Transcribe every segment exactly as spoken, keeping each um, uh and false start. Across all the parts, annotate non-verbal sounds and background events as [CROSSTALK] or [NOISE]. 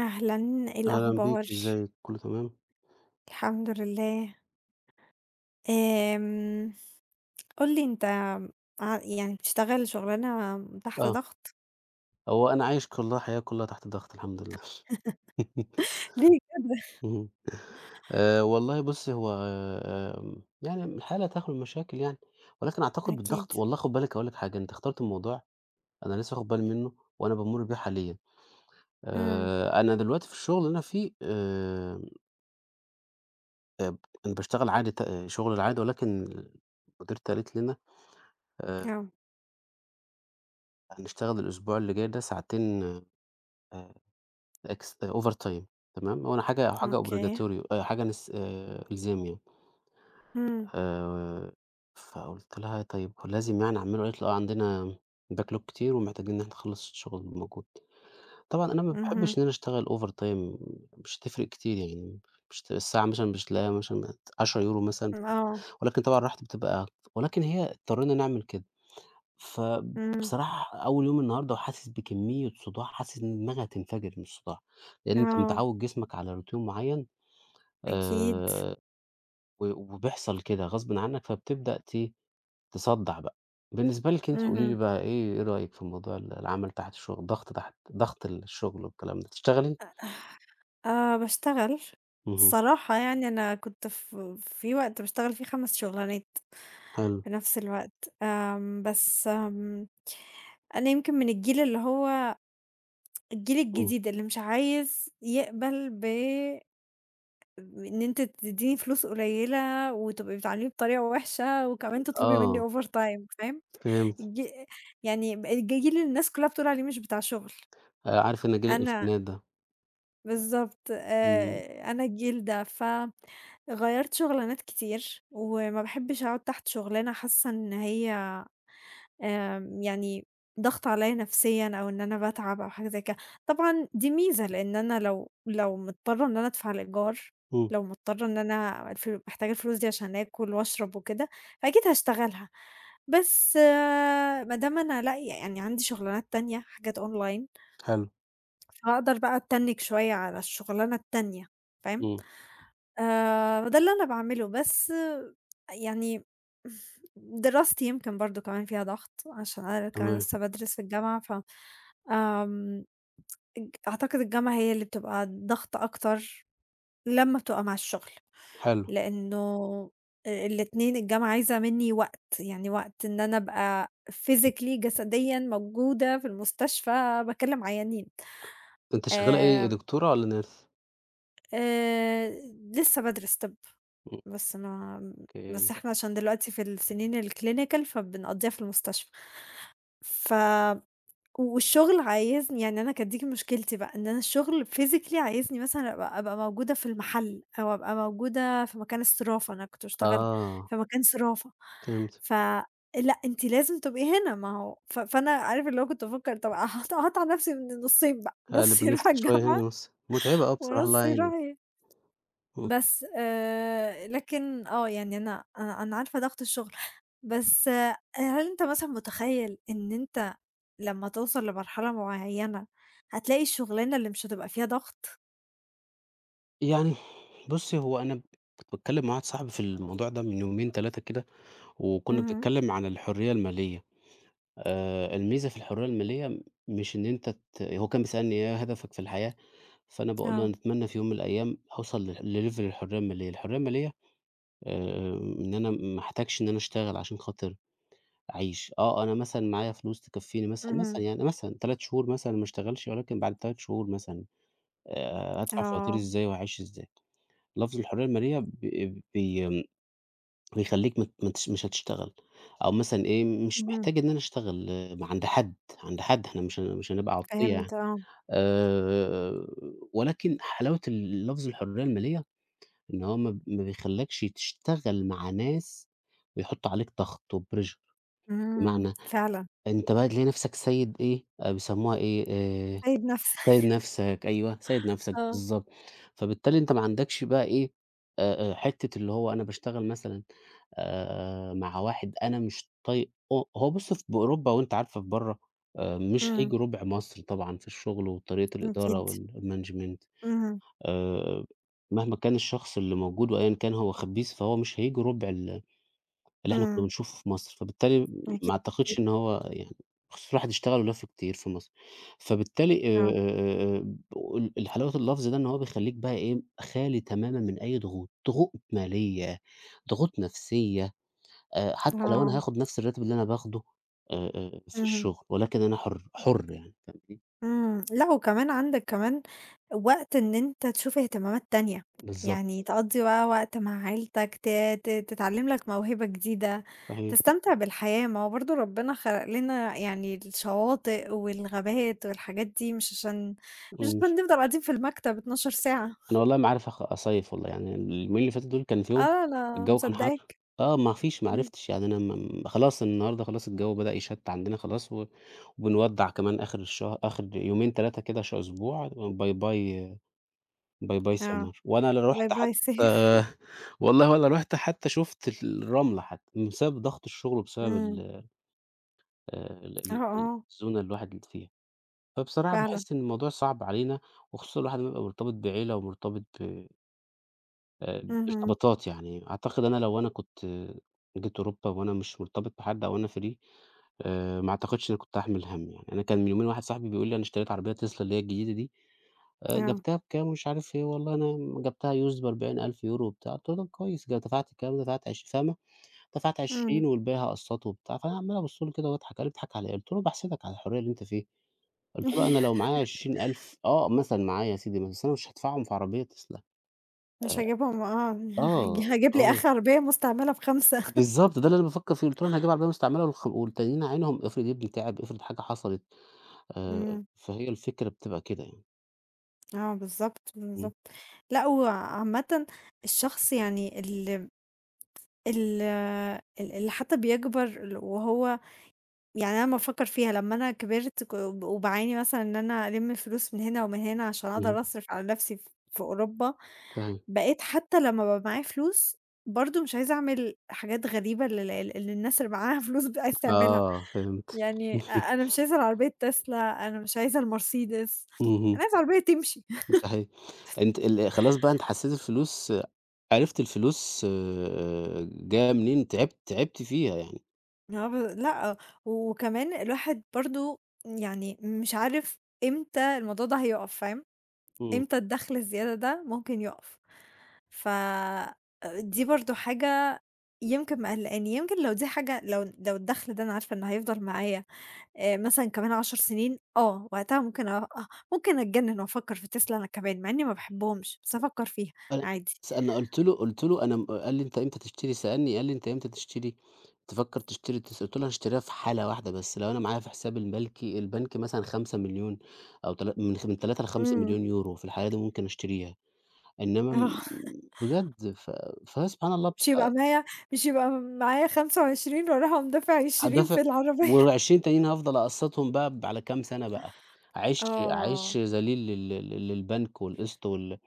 أهلًا، إيه أهلًا بيك، الأخبار؟ إزيك، كُلّه تمام؟ الحمد لله. آمم، قُل لي أنت ع يعني بتشتغل شغلانة تحت آه، ضغط؟ هو أنا عايش كلّها حياة كلّها تحت ضغط الحمد لله. [LAUGHS] ليه كده؟ اهم، آآ والله بُصّي هو آمم، يعني الحياة لا تخلو من مشاكل يعني، ولكن أعتقد أكيد. بالضغط والله خُد بالِك هاقول لِك حاجة، أنتِ اخترتِ موضوع أنا لسه واخد بالي منّه وأنا بامُر بيه حاليًا. إمم، آآ أنا دلوقتي في الشغل اللي أنا فيه آآ، آب أنا باشتغل عادي ت آه، شغل العادي، ولكن مديرتي قالت لنا، آآ، آه، هنشتغل الأسبوع اللي جاي ده ساعتين آآ إكس overtime. تمام، هو أنا حاجة حاجة أوكي. obligatory، آآ حاجة نس آآ إلزام يعني. إمم، آآ فقُلت لها: "طيب هو لازم يعني أعمله؟" قالت لي: "آه، عندنا backlog كتير ومحتاجين إن إحنا نخلّص الشغل الموجود." طبعًا أنا ما اهم، باحبش إن أنا أشتغل overtime، مش هتفرق كتير يعني، مش ت الساعة مثلًا مش تلاقيها مثلًا عشرة يورو€ مثلًا بتاع، آه، ولكن طبعًا راحتي بتبقى أكتر. ولكن هي اضطرينا نعمل كده. إمم، فبصراحة أول يوم النهارده وحاسس بكمية صداع، حاسس إن دماغي هتنفجر من الصداع، لإن أنت آه، متعوّد جسمك على routine معيّن، أكيد. آآ، و وبيحصل كده غصبٍ عنّك فبتبدأ ت تصدّع بقى. بالنسبة لِك أنتِ قولي لي اهم. بقى إيه إيه رأيِك في موضوع ال العمل تحت الشغل ضغط تحت ضغط الشغل والكلام ده، بتشتغلي؟ آه، باشتغل. اهم، الصراحة يعني أنا كنت ف في وقت باشتغل فيه خمس شغلانات حلو، في نفس الوقت، آمم، بس آمم، أنا يمكن من الجيل اللي هو الجيل إمم، الجديد اللي مش عايز يقبل ب إن أنتِ تدّيني فلوس قليلة وتبقي بتعامليني بطريقة وحشة وكمان تطلبي منّي آه، overtime، فاهم؟ فهمت. الج يعني ب الجيل اللي الناس كلّها بتقول عليه مش بتاع شغل، آآ، عارف إن جيل أنا الألفينات ده، بالضبط، إمم، آآ، أنا الجيل ده، فغيّرت شغلانات كتير وما باحبش أقعد تحت شغلانة حاسّة إن هي آمم، يعني ضاغطة عليَّ نفسيًا أو إن أنا باتعب أو حاجة زي كده. طبعًا دي ميزة، لإن أنا لو لو مضطرة إن أنا أدفع الإيجار، إمم، لو مضطرة إن أنا الف محتاجة الفلوس دي عشان آكل وأشرب وكده، فأكيد هاشتغلها. بس آه، ما دام أنا لاقية يعني عندي شغلانات تانية، حاجات online، حلو، فهاقدر بقى أتنِّك شوية على الشغلانة التانية، فاهم؟ إمم، آآ، ده اللي أنا باعمله، بس يعني دراستي يمكن برضه كمان فيها ضغط، عشان أنا كمان تمام، لسه بادرس في الجامعة، ف آمم، الج أعتقد الجامعة هي اللي بتبقى ضغط أكتر لمّا بتبقى مع الشغل، حلو، لإنه آآ، الاتنين الجامعة عايزة منّي وقت، يعني وقت إن أنا أبقى physically جسديًا موجودة في المستشفى باكلم عيانين، أنتِ شغّالة إيه، آمم، دكتورة والّا nurse؟ آآ، لسه بادرس طِب. إمم. بس أنا م بس أوكي. إحنا عشان دلوقتي في السنين الclinical فبنقضّيها في المستشفى. ف والشغل عايزني، يعني أنا كانت دي مشكلتي بقى، إن أنا الشغل physically عايزني مثلًا أبقى أبقى موجودة في المحل أو أبقى موجودة في مكان الصرافة، أنا كنت باشتغل آه، في مكان صرافة، فهمتك. ف لأ أنتِ لازم تبقي هنا ما هو ف فأنا عارف اللي هو كنت بافكّر طَب هاط هاقطع نَفْسي من النُصّين بقى، نُص أقلب النَص يروح شوية الجامعة هنا ونُص مُتعبة أوي بصراحة، الله ونُص يروح يعينِك. إيه؟ إمم. بس آآ لكن آه، يعني أنا أنا أنا عارفة ضغط الشغل، بس آه هل أنت مثلًا متخيّل إن أنت لمّا توصل لمرحلة معيّنة هتلاقي الشغلانة اللي مش هتبقى فيها ضغط؟ يعني بُصّي، هو أنا ب كنت باتكلّم مع واحد صاحبي في الموضوع ده من يومين تلاتة كده، وكُنّا اهم، بنتكلّم عن الحرية المالية. آآ الميزة في الحرية المالية م مش إن أنت ت هو كان بيسألني إيه هدفك في الحياة، فأنا باقول له آه، أنا أتمنى في يوم من الأيام أوصل ل لlevel الحرية المالية. الحرية المالية آآ إن أنا ما احتاجش إن أنا أشتغل عشان خاطر أعيش. آه، أنا مثلًا معايا فلوس تكفّيني مثلًا، اهم، مثلًا يعني مثلًا 3 شهور مثلًا ما اشتغلش، ولكن بعد 3 شهور مثلًا، آآ، هادفع فواتيري آه، إزاي وهاعيش إزاي؟ لفظ الحرية المالية ب بي آمم، بيخلّيك ما ت ما تش مش هتشتغل، أو مثلًا إيه، مش اهم، محتاج إن أنا أشتغل م عند حد، عند حد إحنا مش هن مش هنبقى عطية يعني. فهمت، آه، آآ، ولكن حلاوة ال لفظ الحرية المالية إن هو ما ب ما بيخلّكش تشتغل مع ناس بيحطّوا عليك ضغط وpressure، إمم، بمعنى فعلًا، أنت بقى تلاقي نَفْسك سيّد إيه، آآ بيسمّوها إيه، آآ عيد سيّد نفسك. [LAUGHS] نَفْسك، أيوه، سيّد نَفْسك آه. بالضبط. فبالتالي أنت ما عندكش بقى إيه، آآ آآ حتّة اللي هو أنا باشتغل مثلًا آآ مع واحد أنا مش طايقه، هو هو بُص في بأوروبا وأنت عارفة في برّه، آآ مش إمم، هييجي رُبع مصر طبعًا في الشغل وطريقة الإدارة أكيد، والmanagement. اهم، آآ مهما كان الشخص اللي موجود وأيًا كان هو خبيث، فهو مش هييجي رُبع ال اللي إحنا كنا إمم، بنشوفه في مصر، فبالتالي أكيد، ما أكيد، أعتقدش إن هو يعني خصوصًا الواحد اشتغل ولَف كتير في مصر، فبالتالي آآ آه، آآ آآ ال الحلاوة اللفظ ده إن هو بيخلّيك بقى إيه، خالي تمامًا من أي ضغوط، ضغوط مالية، ضغوط نفسية، آآ حتى لو آه، أنا هاخد نفس الراتب اللي أنا باخده آآ آآ في اهم. الشغل، ولكن أنا حُر، حُر يعني، فاهمني؟ إمم، لأ، وكمان عندك كمان وقت إن أنت تشوف اهتمامات تانية، بالضبط، يعني تقضّي بقى وقت مع عيلتك، ت ت تتعلّم لك موهبة جديدة، صحيح، تستمتع بالحياة، ما هو برضه ربنا خلق لنا يعني الشواطئ والغابات والحاجات دي مش عشان مش إمم. عشان نفضل قاعدين في المكتب اتناشر ساعة. أنا والله ما عارف أخ أصيّف والله، يعني اليومين اللي فاتوا دول كان فيهم آه، أنا الجو كان حَر. مصدّقاك. آه، ما فيش، ما إمم، عرفتش، يعني أنا م خلاص النهارده خلاص الجو بدأ يشَتّ عندنا خلاص، و وبنودّع كمان آخر الشه آخر يومين تلاتة كده ش أسبوع، باي باي باي باي آه، summer وأنا لا باي رُحت باي حتى. safe. [LAUGHS] والله ولا رُحت حتى شُفت الرملة حتى، بسبب ضغط الشغل وبسبب إمم، ال آآ ال آه، ال ال آه، الزونة اللي الواحد فيها، فبصراحة فعلًا، باحس إن الموضوع صعب علينا، وخصوصًا الواحد لمّا يبقى مرتبط بعيلة ومرتبط ب آآ، اهم، ارتباطات يعني. أعتقد أنا لو أنا كنت آه، جيت أوروبا وأنا مش مرتبط بحد أو أنا free، آآ، ما أعتقدش إن كنت هاحمل هَم يعني. أنا كان من يومين واحد صاحبي بيقول لي: "أنا اشتريت عربية Tesla اللي هي الجديدة دي، آآ، آه، جبتها بكام ومش عارف إيه، والله أنا جبتها used ب40.000€ وبتاع." قُلت له: "طب كويس، جا- دفعت كام؟" دفعت عش فاهمة، دفعت إمم. عشرين والباقي هاقسطه وبتاع. فأنا عمّال أبُص له كده وأضحك، قال لي: "بتضحك على إيه؟" قُلت له: "باحسدك على الحرية اللي أنت فيها." قُلت له: "أنا لو معايا عشرين ألف." آه، مثلًا معايا يا سيدي، بس أنا مش هادفعهم في عربية Tesla. مش هاجيبهم، آه، [LAUGHS] هاج آه، هاجيب لي آه، آخر عربية مستعملة ب5. بالضبط ده اللي أنا بافكّر فيه، قُلت له: "أنا هاجيب عربية مستعملة، والخ والتانيين أعينهم افرض ابني تعب، افرض حاجة حصلت." آآ، إمم، فهي الفكرة بتبقى كده يعني. آه، بالضبط، إمم، بالضبط. لأ، وعامةً الشخص يعني ال ال اللي حتى بيكبر ال وهو، يعني أنا لمّا أفكّر فيها لمّا أنا كبرت ك وب وباعاني مثلًا إن أنا ألِم فلوس من هنا ومن هنا عشان اهم، أقدر أصرف على نَفْسي ف في أوروبا، صحيح. بقيت حتى لمّا بابقى معايا فلوس برضه مش عايزة أعمل حاجات غريبة لل اللي الناس اللي معاها [LAUGHS] فلوس ب عايزة تعملها. آه، فهمت. يعني أ أنا [LAUGHS] مش عايزة العربية تسلا، أنا مش عايزة الmercedes، أنا اهم، عايزة عربية تمشي. صحيح. أنتِ ال خلاص بقى أنتِ حسّيتِ الفلوس، عرفتِ الفلوس، آآ، جاية منين، تعبتِ تعبتِ فيها يعني. آه، ب لأ، وكمان الواحد برضه يعني مش عارف إمتى الموضوع ده هيُقف، فاهم، إمم. إمتى الدخل الزيادة ده ممكن يُقف، ف آآ دي برضه حاجة يمكن مقلّقاني، يمكن لو دي حاجة لو لو الدخل ده أنا عارفة إنه هيفضل معايا آآ مثلًا كمان عشر سنين، آه، وقتها ممكن أ آه، ممكن أتجنن وأفكّر في تسلا أنا كمان، مع إني ما باحبهمش، بس أفكّر فيها أنا عادي. س أنا قُلت له، قُلت له أنا م آه، قال لي: "أنت إمتى تشتري؟" سألني قال لي: "أنت إمتى تشتري تفكّر تشتري تس." قُلت له: "أنا هاشتريها في حالة واحدة بس، لو أنا معايا في حساب الملكي البنك مثلًا خمسة مليون، أو تلا من خ من تلاتة إمم. ل5.000.000€، في الحالة دي ممكن أشتريها، إنّما م." آه، بجد ف فهي سبحان الله مش هيبقى بتبقى معايا مش هيبقى معايا خمسة وعشرين وأروح أقوم دافع عشرين هادافع، في العربية. و20 تانيين هافضل أقسّطهم بقى ب على كام سَنة بقى، أعيش آه، أعيش ذليل لل لل للبنك والقسط وال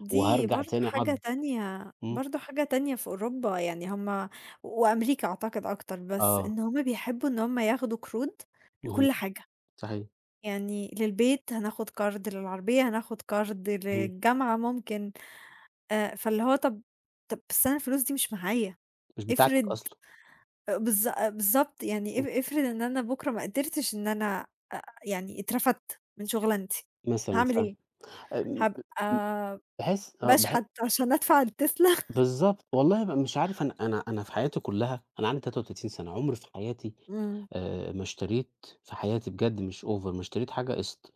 دي وهارجع برضه تاني حاجة عبد. تانية، إمم. برضه حاجة تانية في أوروبا، يعني هُم وأمريكا أعتقد أكتر، بس آه. إن هُم بيحبوا إن هُم ياخدوا قروض اهم. لكل حاجة، صحيح. يعني للبيت هناخد قرض، للعربية هناخد قرض، اهم. للجامعة ممكن، آآ، فاللي هو طَب طَب بس أنا الفلوس دي مش معايا، مش بتاعتك افرض، أصلًا، أ بالض بالضبط، يعني اف إمم، افرض إن أنا بُكرة ما قدرتش إن أنا أ يعني اترفدت من شُغلانتي، مثلًا هاعمل فعلًا، إيه؟ آمم، ب هابقى باحس آه، باح باشحت عشان أدفع التسلا؟ [LAUGHS] بالضبط، والله ب مش عارف، أنا أنا أنا في حياتي كلّها أنا عندي 33 سنة، عمري في حياتي إمم، آآ، ما اشتريت في حياتي بجد مش over، ما اشتريت حاجة قسط.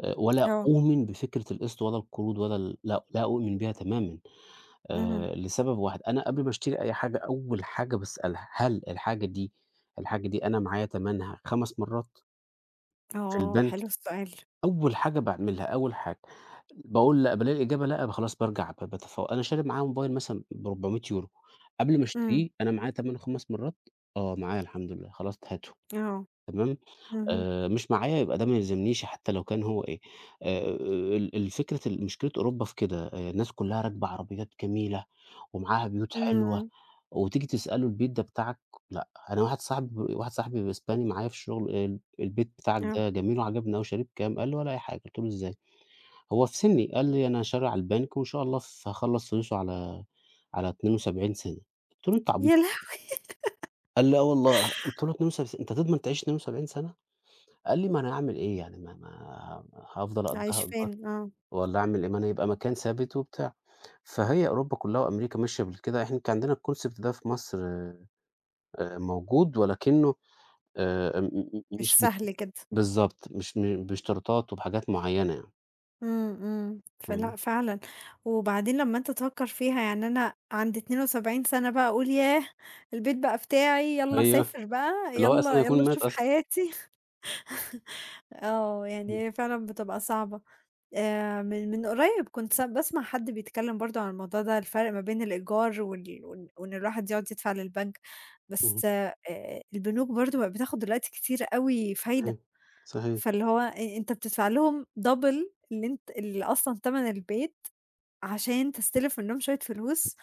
آآ، ولا آه، أؤمن بفكرة القسط ولا القروض ولا ال لا لا أؤمن بيها تمامًا. اهم، آآ، لسبب واحد، أنا قبل ما أشتري أي حاجة أول حاجة باسألها هل الحاجة دي الحاجة دي أنا معايا تمنها 5 مرات في آه، البنك؟ حلو السؤال، أول حاجة باعملها، أول حاجة باقول لأ، بالاقي الإجابة لأ، ب خلاص بارجع ب باتفوّق. أنا شاري معايا موبايل مثلًا ب400€، قبل ما إمم، أشتريه أنا معايا تمنه 5 مرات، آه معايا الحمد لله، خلاص هاته، آه، تمام؟ اهم، آآ مش معايا يبقى ده ما يلزمنيش، حتى لو كان هو إيه. آآ ال الفكرة ال مشكلة أوروبا في كده، آآ الناس كلّها راكبة عربيات جميلة ومعاها بيوت حلوة، إمم، وتيجي تسأله البيت ده بتاعك؟ لأ، أنا واحد صاحبي واحد صاحبي إسباني معايا في الشغل ال: "البيت بتاعك آه، ده جميل وعجبني أوي، شاريه بكام؟" قال لي: "ولا أي حاجة." قُلت له: "إزاي؟" هو في سنّي، قال لي: "أنا شاريه على البنك وإن شاء الله ف هاخلّص فلوسه على على اتنين وسبعين سنة سَنة." قُلت له: "أنت عبيط؟" يا لهوي! قال لي: "آه والله." قُلت له: "اتنين وسبعين س أنت تضمن تعيش اتنين وسبعين سنة سَنة؟" قال لي: "ما أنا أعمل إيه يعني، ما ما هافضل أقضّيها عايش إيجار فين؟ آه، والّا أعمل إيه؟ ما أنا يبقى مكان ثابت وبتاع." فهي أوروبا كلّها وأمريكا ماشية بالكده، إحنا كان عندنا الconcept ده في مصر آآ موجود، ولكنّه آآ م م مش مش بت سهل كده. بالضبط، مش م باشتراطات وبحاجات معيّنة يعني، إمم، إمم، فلأ تمام. فعلًا، وبعدين لمّا أنت تفكّر فيها يعني أنا عند اتنين وسبعين سَنة بقى أقول ياه! البيت بقى بتاعي، يالّا أيوه، أسافر بقى، اللي هو يالّا أصلًا يالّا يكون مات أشوف أصلًا. حياتي. [LAUGHS] آه، إمم، يعني هي فعلًا بتبقى صعبة. آآ من من قريّب كنت س باسمع حد بيتكلّم برضه عن الموضوع ده، الفرق ما بين الإيجار وال وإن وإن الواحد يقعد يدفع للبنك، اهم، بس آآ البنوك برضه بقت بتاخُد دلوقتي كتير أوي فايدة، صحيح، صحيح، فاللي هو أ أنت بتدفع لهم double اللي أنت اللي أصلًا تَمَن البيت عشان تستلف منّهم شوية فلوس،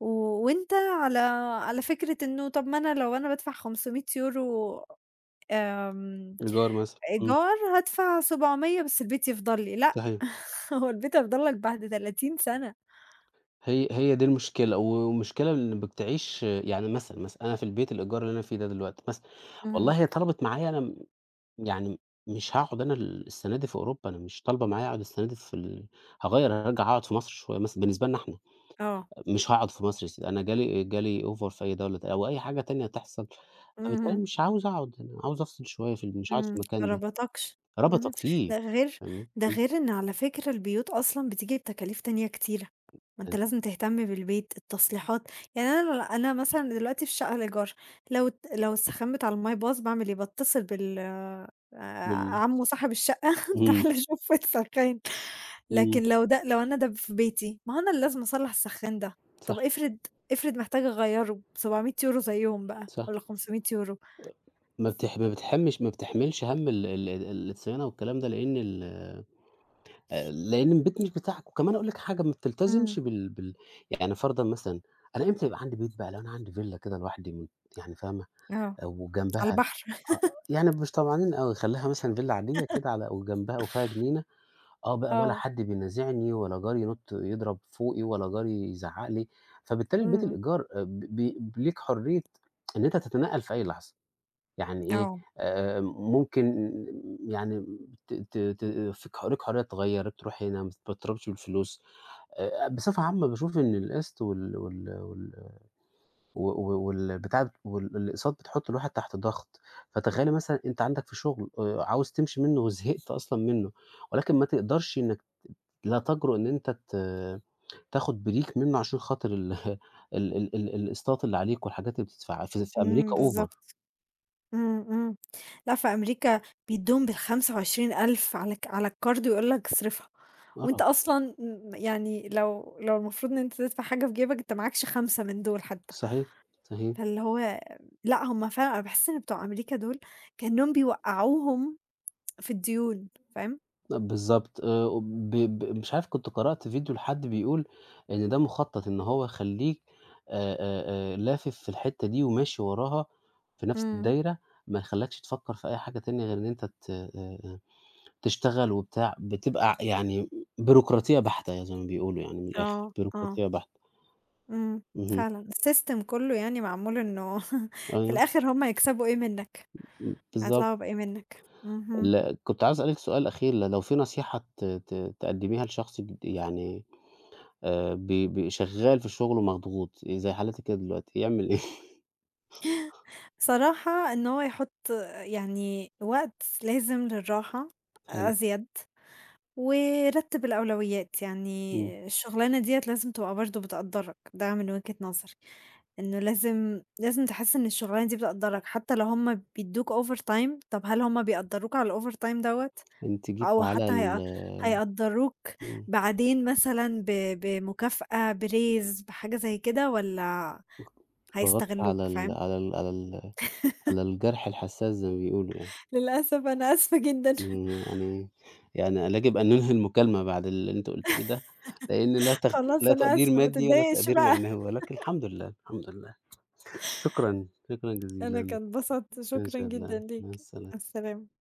و وأنت على على فكرة إنه طَب ما أنا لو أنا بادفع خمسمية€، آمم، إيجار مثلًا، إمم، إيجار، هادفع سبعمية بس البيت يفضل لي؟ لأ، صحيح. [LAUGHS] هو البيت هيفضل لك بعد ثلاثين سَنة. هي هي دي المشكلة، والمشكلة إن بتعيش يعني مثلًا، مثلًا أنا في البيت الإيجار اللي أنا فيه ده دلوقتي مثلًا، اهم. والله هي طلبِت معايا أنا م يعني مش هاقعد أنا ال السنة دي في أوروبا، أنا مش طالبة معايا أقعد السنة دي في ال، هاغيّر، هارجع أقعد في مصر شوية مثلًا، بالنسبة لنا إحنا، آه. مش هاقعد في مصر يا سيدي، أنا جالي جالي offer في أي دولة ت أو أي حاجة تانية تحصل، فبالتالي اهم. مش عاوز أقعد، أنا عاوز أفصل شوية في ال، مش هاقعد إمم، في ما المكان ده، ربطكش، اهم، ربطك فيه، ده غير فاهمني؟ ده إمم، غير إن على فكرة البيوت أصلًا بتيجي بتكاليف تانية كتيرة، ما أنت كان لازم تهتم بالبيت، التصليحات، يعني أنا أنا مثلًا دلوقتي في شقة إيجار، لو الت لو السخان بتاع المَيّة باظ باعمل إيه، باتصل بال آه، بال عمو صاحب الشقة، [LAUGHS] إمم، تعالَ شوف السخان، إمم، لكن لو ده لو أنا ده في بيتي، ما هو أنا اللي لازم أصلّح السخان ده، صح، طب افرض، افرض محتاجة أغيّره ب700€ زيّهم بقى صح. والّا خمسمية€؟ ما ف بتح ما بتحمّش ما بتحملش هَم ال ال ال الصيانة والكلام ده، لإن ال، آآ، لإن البيت مش بتاعك، وكمان أقول لك حاجة، ما إمم، بتلتزمش بال بال يعني، فرضًا مثلًا، أنا إمتى يبقى عندي بيت بقى؟ لو أنا عندي فيلا كده لوحدي م يعني فاهمة، آه، وجنبها على البحر. آه، يعني مش طمعانين أوي، خلّيها مثلًا فيلا عادية كده على وجنبها وفيها جنينة، آه بقى، ولا آه، حد بينازعني ولا جاري ينط يضرب فوقي، ولا جاري يزعّق لي، فبالتالي البيت إمم. الإيجار، آآ، ب ب ليك حرية إن أنت تتنقل في أي لحظة. يعني إيه، آه، آآ ممكن يعني ت ت ت في طريق حرية اتغيّر، تروح هنا، ما تتربطش بالفلوس. آآ بصفة عامة باشوف إن القسط وال وال وال و و والبتاع وال الأقساط بتحُط الواحد تحت ضغط. فتخيّلي مثلًا أنت عندك في شُغل آآ عاوز تمشي منّه وزهقت أصلًا منّه، ولكن ما تقدرش إنّك لا تجرؤ إن أنت ت تاخُد break منّه عشان خاطر ال [LAUGHS] ال ال ال الأقساط اللي عليك والحاجات اللي بتدفعها. في في إمم، أمريكا over. بالضبط. إمم، إمم. لأ، في أمريكا بيدّوهم بال25,000 على ك على الكارد ويقول لك اصرفها، وأنت آه. أصلًا م يعني لو لو المفروض إن أنت تدفع حاجة في جيبك، أنت معاكش خمسة من دول حتى، صحيح، صحيح. فاللي هو لأ، هم فعلًا أنا باحس إن بتوع أمريكا دول كأنهم بيوقّعوهم في الديون، فاهم؟ بالضبط، آآ ب ب مش عارف، كنت قرأت فيديو لحد بيقول إن ده مخطط، إن هو يخلّيك آآ آآ آآ لافف في الحتّة دي وماشي وراها في نفس إمم. الدايرة، ما يخلّكش تفكّر في أي حاجة تانية غير إن أنت ت آآ تشتغل وبتاع، بتبقى يعني بيروقراطية بحتة، يعني زي ما بيقولوا يعني، من آه، الآخر، آه، بيروقراطية بحتة. إمم، اهم. فعلًا الsystem كلّه يعني معمول إنه [LAUGHS] في أيوه، الآخر هم يكسبوا إيه منّك. ب بالضبط. هيطلعوا بإيه منك. اهم. ل كنت عايز أسألِك سؤال أخير، ل لو في نصيحة ت ت تقدّميها لشخص جد يعني، آآ ب ب شغال في الشغل ومضغوط، زي حالتي كده دلوقتي، يعمل إيه؟ [LAUGHS] بصراحة إن هو يحُط يعني وقت لازم للراحة حلو، أزيد، ورتّب الأولويات، يعني إمم، الشغلانة ديّة لازم تبقى برضه بتقدّرك، ده من وجهة نظري، إنه لازم لازم تحس إن الشغلانة دي بتقدّرك، حتى لو هُم بيدّوك overtime طَب هل هُم بيقدّروك على الovertime دوّة؟ أنتِ جيتِ أو على حتى هي ال هيقدّروك إمم، بعدين مثلًا ب بمكافأة، براise، بحاجة زي كده، والّا ضغطتِ هيستغلّوك، على ال فاهم؟ على ال على ال على الجرح الحساس زي ما بيقولوا يعني. للأسف. أنا آسفة جدًا. إمم، يعني يعني لا يجب أن ننهي المكالمة بعد اللي أنتِ قُلتيه ده، لإن لا [LAUGHS] تق خلاص، لا أنا تقدير آسفة، ما مادي ولا تتضايقش تقدير بقى، معنوي، ولكن الحمد لله، الحمد لله، شكرًا، شكرًا أنا جزيلًا، كان اتبسطت، إن شكرًا شاء الله، جدًا مع ليك، مع السلامة. السلامة.